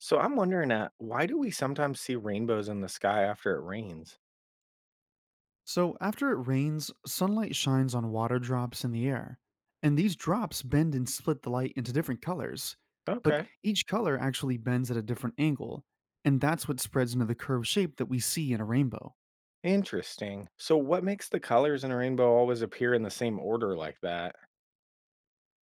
So I'm wondering, why do we sometimes see rainbows in the sky after it rains? So, after it rains, sunlight shines on water drops in the air, and these drops bend and split the light into different colors. But Okay. each color actually bends at a different angle, and that's what spreads into the curved shape that we see in a rainbow. Interesting. So what makes the colors in a rainbow always appear in the same order like that?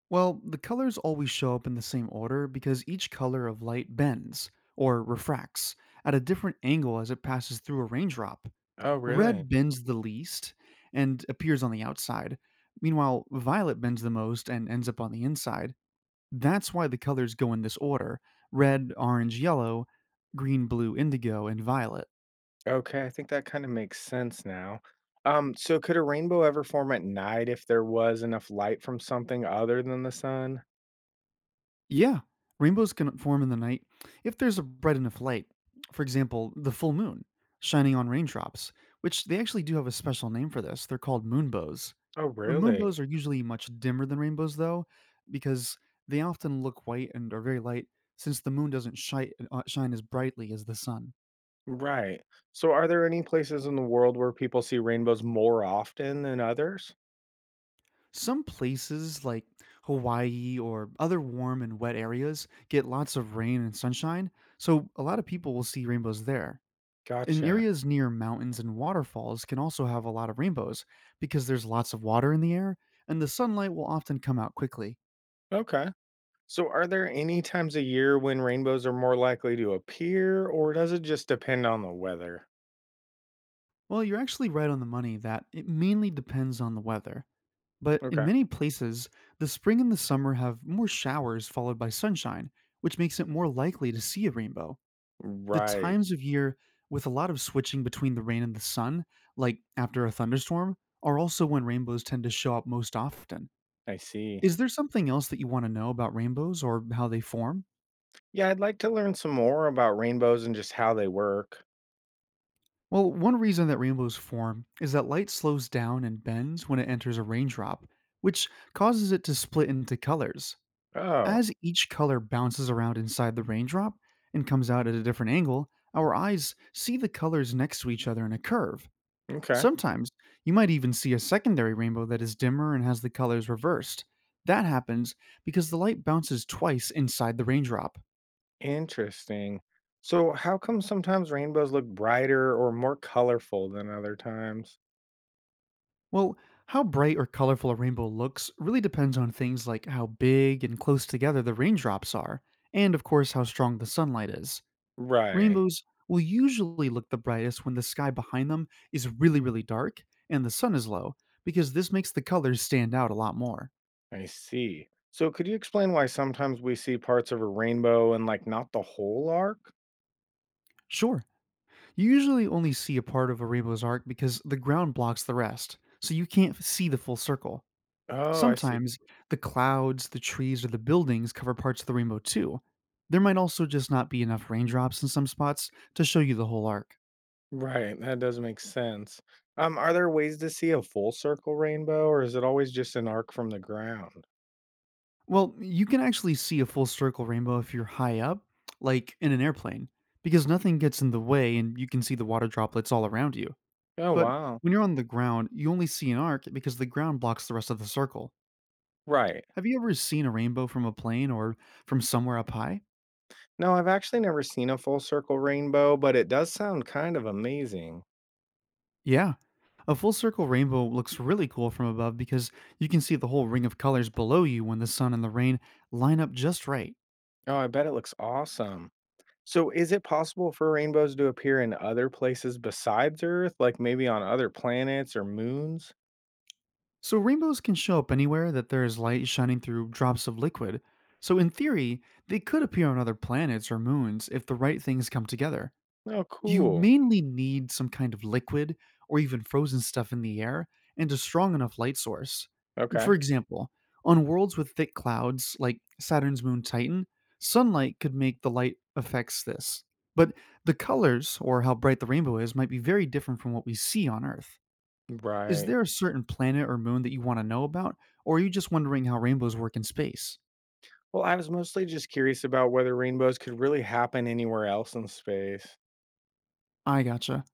Well, the colors always show up in the same order because each color of light bends, or refracts, at a different angle as it passes through a raindrop. Oh, Red really? bends the least and appears on the outside. Meanwhile, violet bends the most and ends up on the inside. That's why the colors go in this order: red, orange, yellow, green, blue, indigo, and violet. Okay, I think that kind of makes sense now. So could a rainbow ever form at night if there was enough light from something other than the sun? Yeah, rainbows can form in the night if there's a bright enough light. For example, the full moon shining on raindrops, which they actually do have a special name for this. They're called moonbows. Oh, really? Moonbows are usually much dimmer than rainbows, though, because they often look white and are very light since the moon doesn't shine as brightly as the sun. Right. So are there any places in the world where people see rainbows more often than others? Some places like Hawaii or other warm and wet areas get lots of rain and sunshine, so a lot of people will see rainbows there. And Gotcha. areas near mountains and waterfalls can also have a lot of rainbows because there's lots of water in the air and the sunlight will often come out quickly. Okay. So, are there any times a year when rainbows are more likely to appear, or does it just depend on the weather? Well, you're actually right on the money that it mainly depends on the weather. But in Okay. many places, the spring and the summer have more showers followed by sunshine, which makes it more likely to see a rainbow. The Right, times of year with a lot of switching between the rain and the sun, like after a thunderstorm, are also when rainbows tend to show up most often. I see. Is there something else that you want to know about rainbows or how they form? Yeah, I'd like to learn some more about rainbows and just how they work. Well, one reason that rainbows form is that light slows down and bends when it enters a raindrop, which causes it to split into colors. Oh, As each color bounces around inside the raindrop and comes out at a different angle, our eyes see the colors next to each other in a curve. okay. Sometimes you might even see a secondary rainbow that is dimmer and has the colors reversed. That happens because the light bounces twice inside the raindrop. Interesting. So, how come sometimes rainbows look brighter or more colorful than other times? Well, how bright or colorful a rainbow looks really depends on things like how big and close together the raindrops are, and of course, how strong the sunlight is. Right, Rainbows will usually look the brightest when the sky behind them is really, really dark and the sun is low, because this makes the colors stand out a lot more. I see. So, could you explain why sometimes we see parts of a rainbow and like not the whole arc? Sure. You usually only see a part of a rainbow's arc because the ground blocks the rest, so you can't see the full circle. Oh, I see. Sometimes the clouds, the trees, or the buildings cover parts of the rainbow too. There might also just not be enough raindrops in some spots to show you the whole arc. Right, that does make sense. Are there ways to see a full circle rainbow, or is it always just an arc from the ground? Well, you can actually see a full circle rainbow if you're high up, like in an airplane, because nothing gets in the way and you can see the water droplets all around you. Oh, But wow. when you're on the ground, you only see an arc because the ground blocks the rest of the circle. Right. Have you ever seen a rainbow from a plane or from somewhere up high? No, I've actually never seen a full circle rainbow, but it does sound kind of amazing. Yeah. A full circle rainbow looks really cool from above because you can see the whole ring of colors below you when the sun and the rain line up just right. Oh, I bet it looks awesome. So, is it possible for rainbows to appear in other places besides Earth, like maybe on other planets or moons? So, rainbows can show up anywhere that there is light shining through drops of liquid. So, in theory, they could appear on other planets or moons if the right things come together. Oh, You cool. mainly need some kind of liquid or even frozen stuff in the air and a strong enough light source. Okay. For example, on worlds with thick clouds like Saturn's moon Titan, sunlight could make the light affects this. But the colors or how bright the rainbow is might be very different from what we see on Earth. Is Right. there a certain planet or moon that you want to know about, or are you just wondering how rainbows work in space? Well, I was mostly just curious about whether rainbows could really happen anywhere else in space. I gotcha.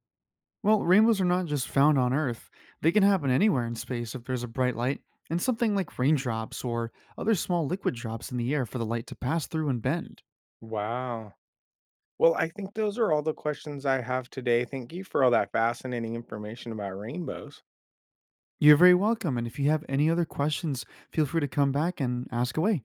Well, rainbows are not just found on Earth. They can happen anywhere in space if there's a bright light, and something like raindrops or other small liquid drops in the air for the light to pass through and bend. Wow. Well, I think those are all the questions I have today. Thank you for all that fascinating information about rainbows. You're very welcome, and if you have any other questions, feel free to come back and ask away.